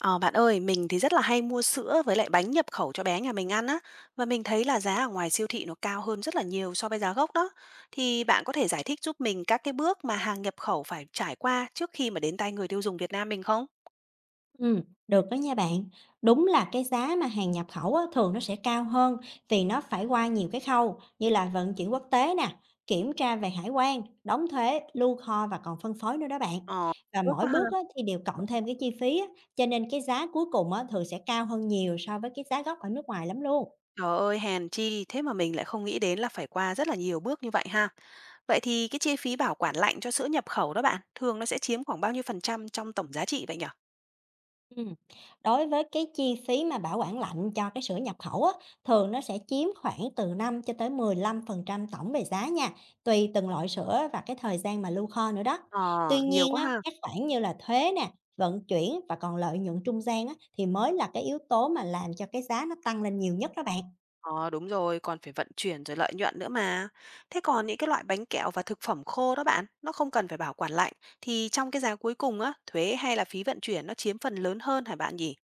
Ờ, bạn ơi, mình thì rất là hay mua sữa với lại bánh nhập khẩu cho bé nhà mình ăn á, và mình thấy là giá ở ngoài siêu thị nó cao hơn rất là nhiều so với giá gốc đó. Thì bạn có thể giải thích giúp mình các cái bước mà hàng nhập khẩu phải trải qua trước khi mà đến tay người tiêu dùng Việt Nam mình không? Ừm, được đó nha bạn. Đúng là cái giá mà hàng nhập khẩu á, thường nó sẽ cao hơn vì nó phải qua nhiều cái khâu như là vận chuyển quốc tế nè, kiểm tra về hải quan, đóng thuế, lưu kho và còn phân phối nữa đó bạn. Ờ, Và bước mỗi quá ha. bước á, thì đều cộng thêm cái chi phí á, cho nên cái giá cuối cùng á, thường sẽ cao hơn nhiều so với cái giá gốc ở nước ngoài lắm luôn. Trời ơi, hèn chi, thế mà mình lại không nghĩ đến là phải qua rất là nhiều bước như vậy ha. Vậy thì cái chi phí bảo quản lạnh cho sữa nhập khẩu đó bạn, thường nó sẽ chiếm khoảng bao nhiêu phần trăm trong tổng giá trị vậy nhở? Ừm, đối với cái chi phí mà bảo quản lạnh cho cái sữa nhập khẩu á, thường nó sẽ chiếm khoảng từ 5 cho tới 15% tổng về giá nha, tùy từng loại sữa và cái thời gian mà lưu kho nữa đó. Ờ, Tuy nhiều nhiên quá á, ha. các khoản như là thuế nè, vận chuyển và còn lợi nhuận trung gian á, thì mới là cái yếu tố mà làm cho cái giá nó tăng lên nhiều nhất đó bạn. Ờ, đúng rồi, còn phải vận chuyển rồi lợi nhuận nữa mà. Thế còn những cái loại bánh kẹo và thực phẩm khô đó bạn, nó không cần phải bảo quản lạnh thì trong cái giá cuối cùng á, thuế hay là phí vận chuyển nó chiếm phần lớn hơn hả bạn nhỉ?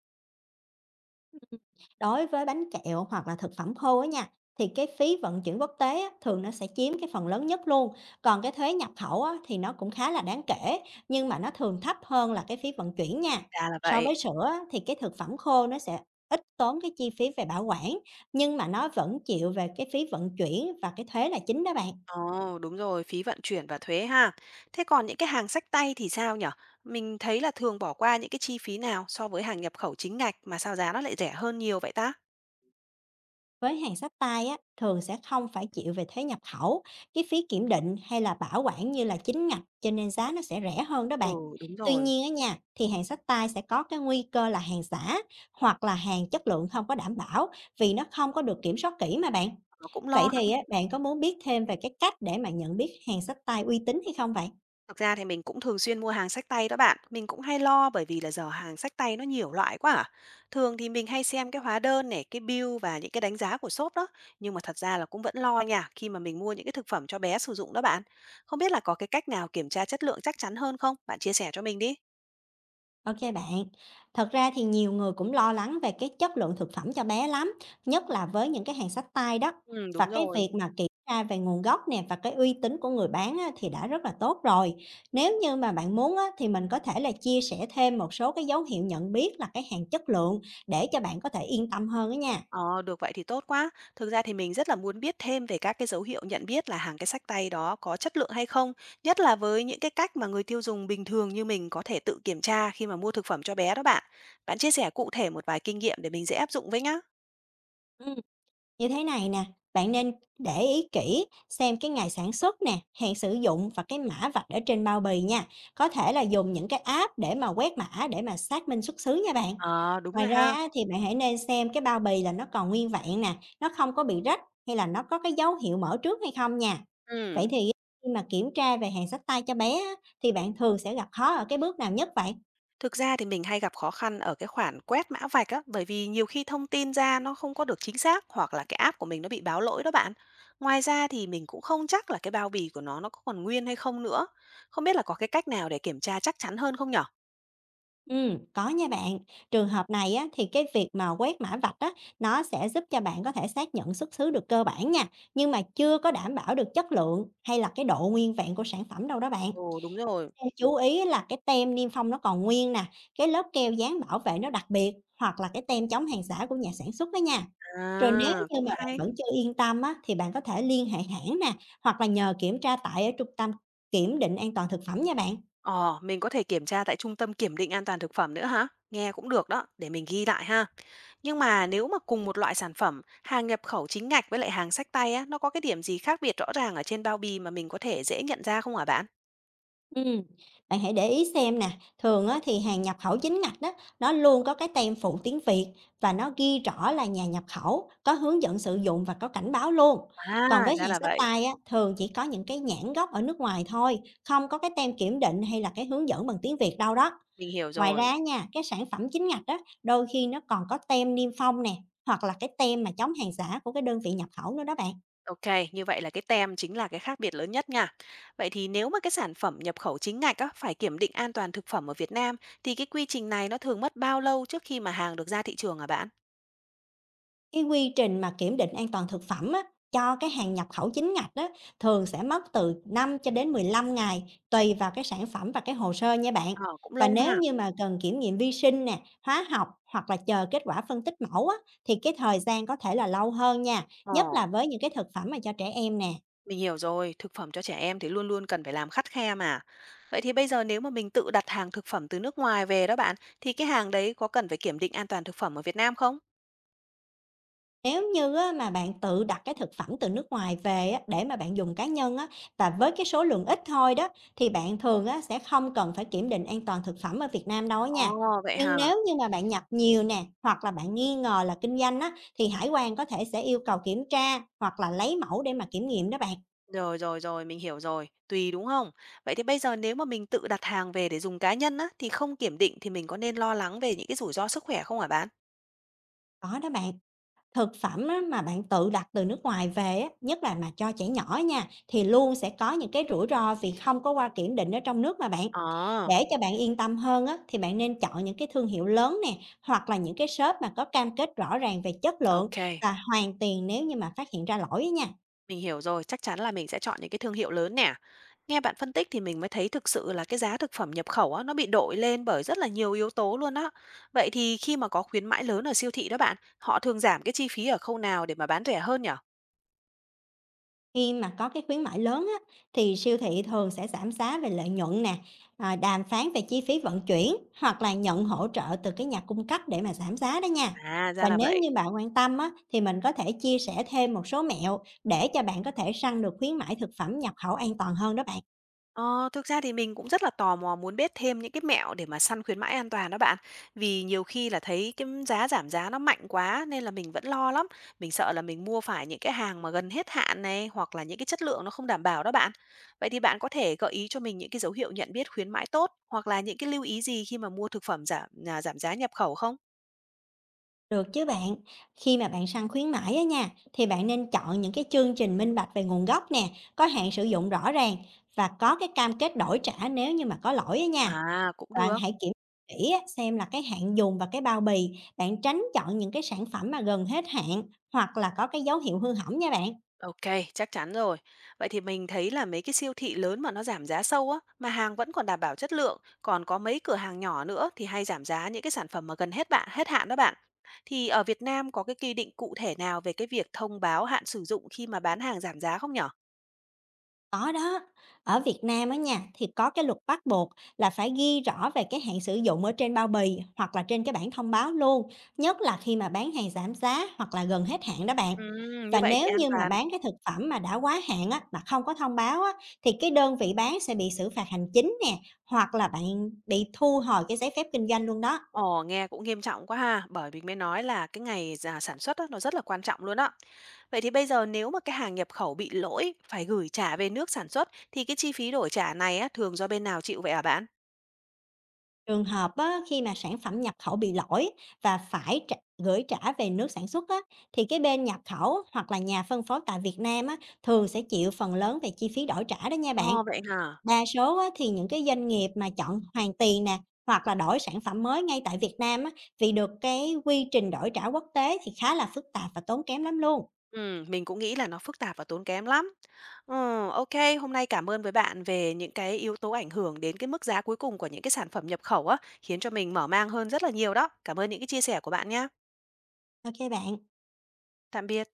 Đối với bánh kẹo hoặc là thực phẩm khô á nha, thì cái phí vận chuyển quốc tế á, thường nó sẽ chiếm cái phần lớn nhất luôn. Còn cái thuế nhập khẩu á, thì nó cũng khá là đáng kể, nhưng mà nó thường thấp hơn là cái phí vận chuyển nha. Ra là So vậy. với sữa á, thì cái thực phẩm khô nó sẽ ít tốn cái chi phí về bảo quản, nhưng mà nó vẫn chịu về cái phí vận chuyển và cái thuế là chính đó bạn. Ồ, đúng rồi, phí vận chuyển và thuế ha. Thế còn những cái hàng xách tay thì sao nhở? Mình thấy là thường bỏ qua những cái chi phí nào so với hàng nhập khẩu chính ngạch mà sao giá nó lại rẻ hơn nhiều vậy ta? Với hàng sách tay á, thường sẽ không phải chịu về thuế nhập khẩu, cái phí kiểm định hay là bảo quản như là chính ngạch, cho nên giá nó sẽ rẻ hơn đó Ừ, bạn. đúng Tuy rồi, nhiên á nha, thì hàng sách tay sẽ có cái nguy cơ là hàng giả hoặc là hàng chất lượng không có đảm bảo vì nó không có được kiểm soát kỹ mà bạn. nó cũng Vậy lo. thì á, bạn có muốn biết thêm về cái cách để mà nhận biết hàng sách tay uy tín hay không vậy? Thực ra thì mình cũng thường xuyên mua hàng xách tay đó bạn. Mình cũng hay lo bởi vì là giờ hàng xách tay nó nhiều loại quá à. Thường thì mình hay xem cái hóa đơn này, cái bill và những cái đánh giá của shop đó. Nhưng mà thật ra là cũng vẫn lo nha khi mà mình mua những cái thực phẩm cho bé sử dụng đó bạn. Không biết là có cái cách nào kiểm tra chất lượng chắc chắn hơn không? Bạn chia sẻ cho mình đi. OK bạn. Thật ra thì nhiều người cũng lo lắng về cái chất lượng thực phẩm cho bé lắm, nhất là với những cái hàng xách tay đó. Ừ, Và đúng cái rồi. việc mà kiểm tra về nguồn gốc nè và cái uy tín của người bán á, thì đã rất là tốt rồi. Nếu như mà bạn muốn á, thì mình có thể là chia sẻ thêm một số cái dấu hiệu nhận biết là cái hàng chất lượng để cho bạn có thể yên tâm hơn đó nha. Ờ, được vậy thì tốt quá. Thực ra thì mình rất là muốn biết thêm về các cái dấu hiệu nhận biết là hàng cái xách tay đó có chất lượng hay không, nhất là với những cái cách mà người tiêu dùng bình thường như mình có thể tự kiểm tra khi mà mua thực phẩm cho bé đó bạn. Bạn chia sẻ cụ thể một vài kinh nghiệm để mình dễ áp dụng với nhá. Ừ. Như thế này nè, bạn nên để ý kỹ xem cái ngày sản xuất nè, hạn sử dụng và cái mã vạch ở trên bao bì nha. Có thể là dùng những cái app để mà quét mã để mà xác minh xuất xứ nha bạn. Ờ, đúng Ngoài rồi ra ha. á, thì bạn hãy nên xem cái bao bì là nó còn nguyên vẹn nè, nó không có bị rách hay là nó có cái dấu hiệu mở trước hay không nha. Ừ. Vậy thì khi mà kiểm tra về hàng xách tay cho bé á, thì bạn thường sẽ gặp khó ở cái bước nào nhất vậy? Thực ra thì mình hay gặp khó khăn ở cái khoản quét mã vạch á, bởi vì nhiều khi thông tin ra nó không có được chính xác hoặc là cái app của mình nó bị báo lỗi đó bạn. Ngoài ra thì mình cũng không chắc là cái bao bì của nó có còn nguyên hay không nữa. Không biết là có cái cách nào để kiểm tra chắc chắn hơn không nhở? Có nha bạn. Trường hợp này á, thì cái việc mà quét mã vạch á, nó sẽ giúp cho bạn có thể xác nhận xuất xứ được cơ bản nha, nhưng mà chưa có đảm bảo được chất lượng hay là cái độ nguyên vẹn của sản phẩm đâu đó bạn. Ồ đúng rồi. Nên chú ý là cái tem niêm phong nó còn nguyên nè, cái lớp keo dán bảo vệ nó đặc biệt hoặc là cái tem chống hàng giả của nhà sản xuất đó nha. Rồi nếu À, như cũng mà bạn hay. vẫn chưa yên tâm á, thì bạn có thể liên hệ hãng nè, hoặc là nhờ kiểm tra tại ở trung tâm kiểm định an toàn thực phẩm nha bạn. Ờ, mình có thể kiểm tra tại trung tâm kiểm định an toàn thực phẩm nữa hả? Nghe cũng được đó, để mình ghi lại ha. Nhưng mà nếu mà cùng một loại sản phẩm, hàng nhập khẩu chính ngạch với lại hàng xách tay á, nó có cái điểm gì khác biệt rõ ràng ở trên bao bì mà mình có thể dễ nhận ra không hả bạn? Ừm, bạn hãy để ý xem nè, thường á thì hàng nhập khẩu chính ngạch đó, nó luôn có cái tem phụ tiếng Việt và nó ghi rõ là nhà nhập khẩu, có hướng dẫn sử dụng và có cảnh báo luôn. Còn À, với ra hàng là xách vậy. tay á, thường chỉ có những cái nhãn gốc ở nước ngoài thôi, không có cái tem kiểm định hay là cái hướng dẫn bằng tiếng Việt đâu đó. Mình hiểu Ngoài rồi. ra nha, cái sản phẩm chính ngạch đó, đôi khi nó còn có tem niêm phong nè, hoặc là cái tem mà chống hàng giả của cái đơn vị nhập khẩu nữa đó bạn. Ok, như vậy là cái tem chính là cái khác biệt lớn nhất nha. Vậy thì nếu mà cái sản phẩm nhập khẩu chính ngạch á, phải kiểm định an toàn thực phẩm ở Việt Nam, thì cái quy trình này nó thường mất bao lâu trước khi mà hàng được ra thị trường hả bạn? Cái quy trình mà kiểm định an toàn thực phẩm á, cho cái hàng nhập khẩu chính ngạch á, thường sẽ mất từ 5 cho đến 15 ngày, tùy vào cái sản phẩm và cái hồ sơ nha bạn. Ờ, cũng Và lâu ha. nếu như mà cần kiểm nghiệm vi sinh nè, hóa học hoặc là chờ kết quả phân tích mẫu á, thì cái thời gian có thể là lâu hơn nha, Ờ. nhất là với những cái thực phẩm mà cho trẻ em nè. Mình hiểu rồi, thực phẩm cho trẻ em thì luôn luôn cần phải làm khắt khe mà. Vậy thì bây giờ nếu mà mình tự đặt hàng thực phẩm từ nước ngoài về đó bạn, thì cái hàng đấy có cần phải kiểm định an toàn thực phẩm ở Việt Nam không? Nếu như á, mà bạn tự đặt cái thực phẩm từ nước ngoài về á, để mà bạn dùng cá nhân á, và với cái số lượng ít thôi đó, thì bạn thường á, sẽ không cần phải kiểm định an toàn thực phẩm ở Việt Nam đâu á nha. Ồ, vậy Nhưng hả? nếu như mà bạn nhập nhiều nè, hoặc là bạn nghi ngờ là kinh doanh á, thì hải quan có thể sẽ yêu cầu kiểm tra hoặc là lấy mẫu để mà kiểm nghiệm đó bạn. Rồi rồi rồi, mình hiểu rồi. Tùy đúng không? Vậy thì bây giờ nếu mà mình tự đặt hàng về để dùng cá nhân á, thì không kiểm định thì mình có nên lo lắng về những cái rủi ro sức khỏe không hả bạn? Có đó bạn. Thực phẩm á, mà bạn tự đặt từ nước ngoài về á, nhất là mà cho trẻ nhỏ nha, thì luôn sẽ có những cái rủi ro vì không có qua kiểm định ở trong nước mà bạn. Ờ, Để cho bạn yên tâm hơn á, thì bạn nên chọn những cái thương hiệu lớn nè, hoặc là những cái shop mà có cam kết rõ ràng về chất lượng ok. và hoàn tiền nếu như mà phát hiện ra lỗi á nha. Mình hiểu rồi, chắc chắn là mình sẽ chọn những cái thương hiệu lớn nè. Nghe bạn phân tích thì mình mới thấy thực sự là cái giá thực phẩm nhập khẩu á, nó bị đội lên bởi rất là nhiều yếu tố luôn á. Vậy thì khi mà có khuyến mãi lớn ở siêu thị đó bạn, họ thường giảm cái chi phí ở khâu nào để mà bán rẻ hơn nhở? Khi mà có cái khuyến mãi lớn á, thì siêu thị thường sẽ giảm giá về lợi nhuận nè, đàm phán về chi phí vận chuyển hoặc là nhận hỗ trợ từ cái nhà cung cấp để mà giảm giá đó nha. À, ra Và là nếu vậy. như bạn quan tâm á, thì mình có thể chia sẻ thêm một số mẹo để cho bạn có thể săn được khuyến mãi thực phẩm nhập khẩu an toàn hơn đó bạn. Ờ, thực ra thì mình cũng rất là tò mò muốn biết thêm những cái mẹo để mà săn khuyến mãi an toàn đó bạn. Vì nhiều khi là thấy cái giá giảm giá nó mạnh quá nên là mình vẫn lo lắm. Mình sợ là mình mua phải những cái hàng mà gần hết hạn này hoặc là những cái chất lượng nó không đảm bảo đó bạn. Vậy thì bạn có thể gợi ý cho mình những cái dấu hiệu nhận biết khuyến mãi tốt hoặc là những cái lưu ý gì khi mà mua thực phẩm giảm giá nhập khẩu không? Được chứ bạn, khi mà bạn săn khuyến mãi á nha, thì bạn nên chọn những cái chương trình minh bạch về nguồn gốc nè, có hạn sử dụng rõ ràng và có cái cam kết đổi trả nếu như mà có lỗi á nha. À, cũng Bạn được. hãy kiểm tra kỹ á, xem là cái hạn dùng và cái bao bì, bạn tránh chọn những cái sản phẩm mà gần hết hạn hoặc là có cái dấu hiệu hư hỏng nha bạn. OK, chắc chắn rồi. Vậy thì mình thấy là mấy cái siêu thị lớn mà nó giảm giá sâu á, mà hàng vẫn còn đảm bảo chất lượng, còn có mấy cửa hàng nhỏ nữa thì hay giảm giá những cái sản phẩm mà hết hạn đó bạn. Thì ở Việt Nam có cái quy định cụ thể nào về cái việc thông báo hạn sử dụng khi mà bán hàng giảm giá không nhở? Có đó, ở Việt Nam á nha thì có cái luật bắt buộc là phải ghi rõ về cái hạn sử dụng ở trên bao bì hoặc là trên cái bảng thông báo luôn, nhất là khi mà bán hàng giảm giá hoặc là gần hết hạn đó bạn. Như Và vậy thì nếu an như mà toàn. bán cái thực phẩm mà đã quá hạn á, mà không có thông báo á, thì cái đơn vị bán sẽ bị xử phạt hành chính nè, hoặc là bạn bị thu hồi cái giấy phép kinh doanh luôn đó. Ồ, nghe cũng nghiêm trọng quá ha, bởi mình mới nói là cái ngày sản xuất á, nó rất là quan trọng luôn á. Vậy thì bây giờ nếu mà cái hàng nhập khẩu bị lỗi phải gửi trả về nước sản xuất thì cái chi phí đổi trả này á, thường do bên nào chịu vậy hả bạn? Trường hợp á, khi mà sản phẩm nhập khẩu bị lỗi và phải trả, gửi trả về nước sản xuất á, thì cái bên nhập khẩu hoặc là nhà phân phối tại Việt Nam á, thường sẽ chịu phần lớn về chi phí đổi trả đó nha bạn. Ồ, vậy hả? Đa số á, thì những cái doanh nghiệp mà chọn hoàn tiền nè hoặc là đổi sản phẩm mới ngay tại Việt Nam á, vì được cái quy trình đổi trả quốc tế thì khá là phức tạp và tốn kém lắm luôn. Ừ, mình cũng nghĩ là nó phức tạp và tốn kém lắm. Ừ, ok, hôm nay cảm ơn với bạn về những cái yếu tố ảnh hưởng đến cái mức giá cuối cùng của những cái sản phẩm nhập khẩu á, khiến cho mình mở mang hơn rất là nhiều đó. Cảm ơn những cái chia sẻ của bạn nhé. OK bạn. Tạm biệt.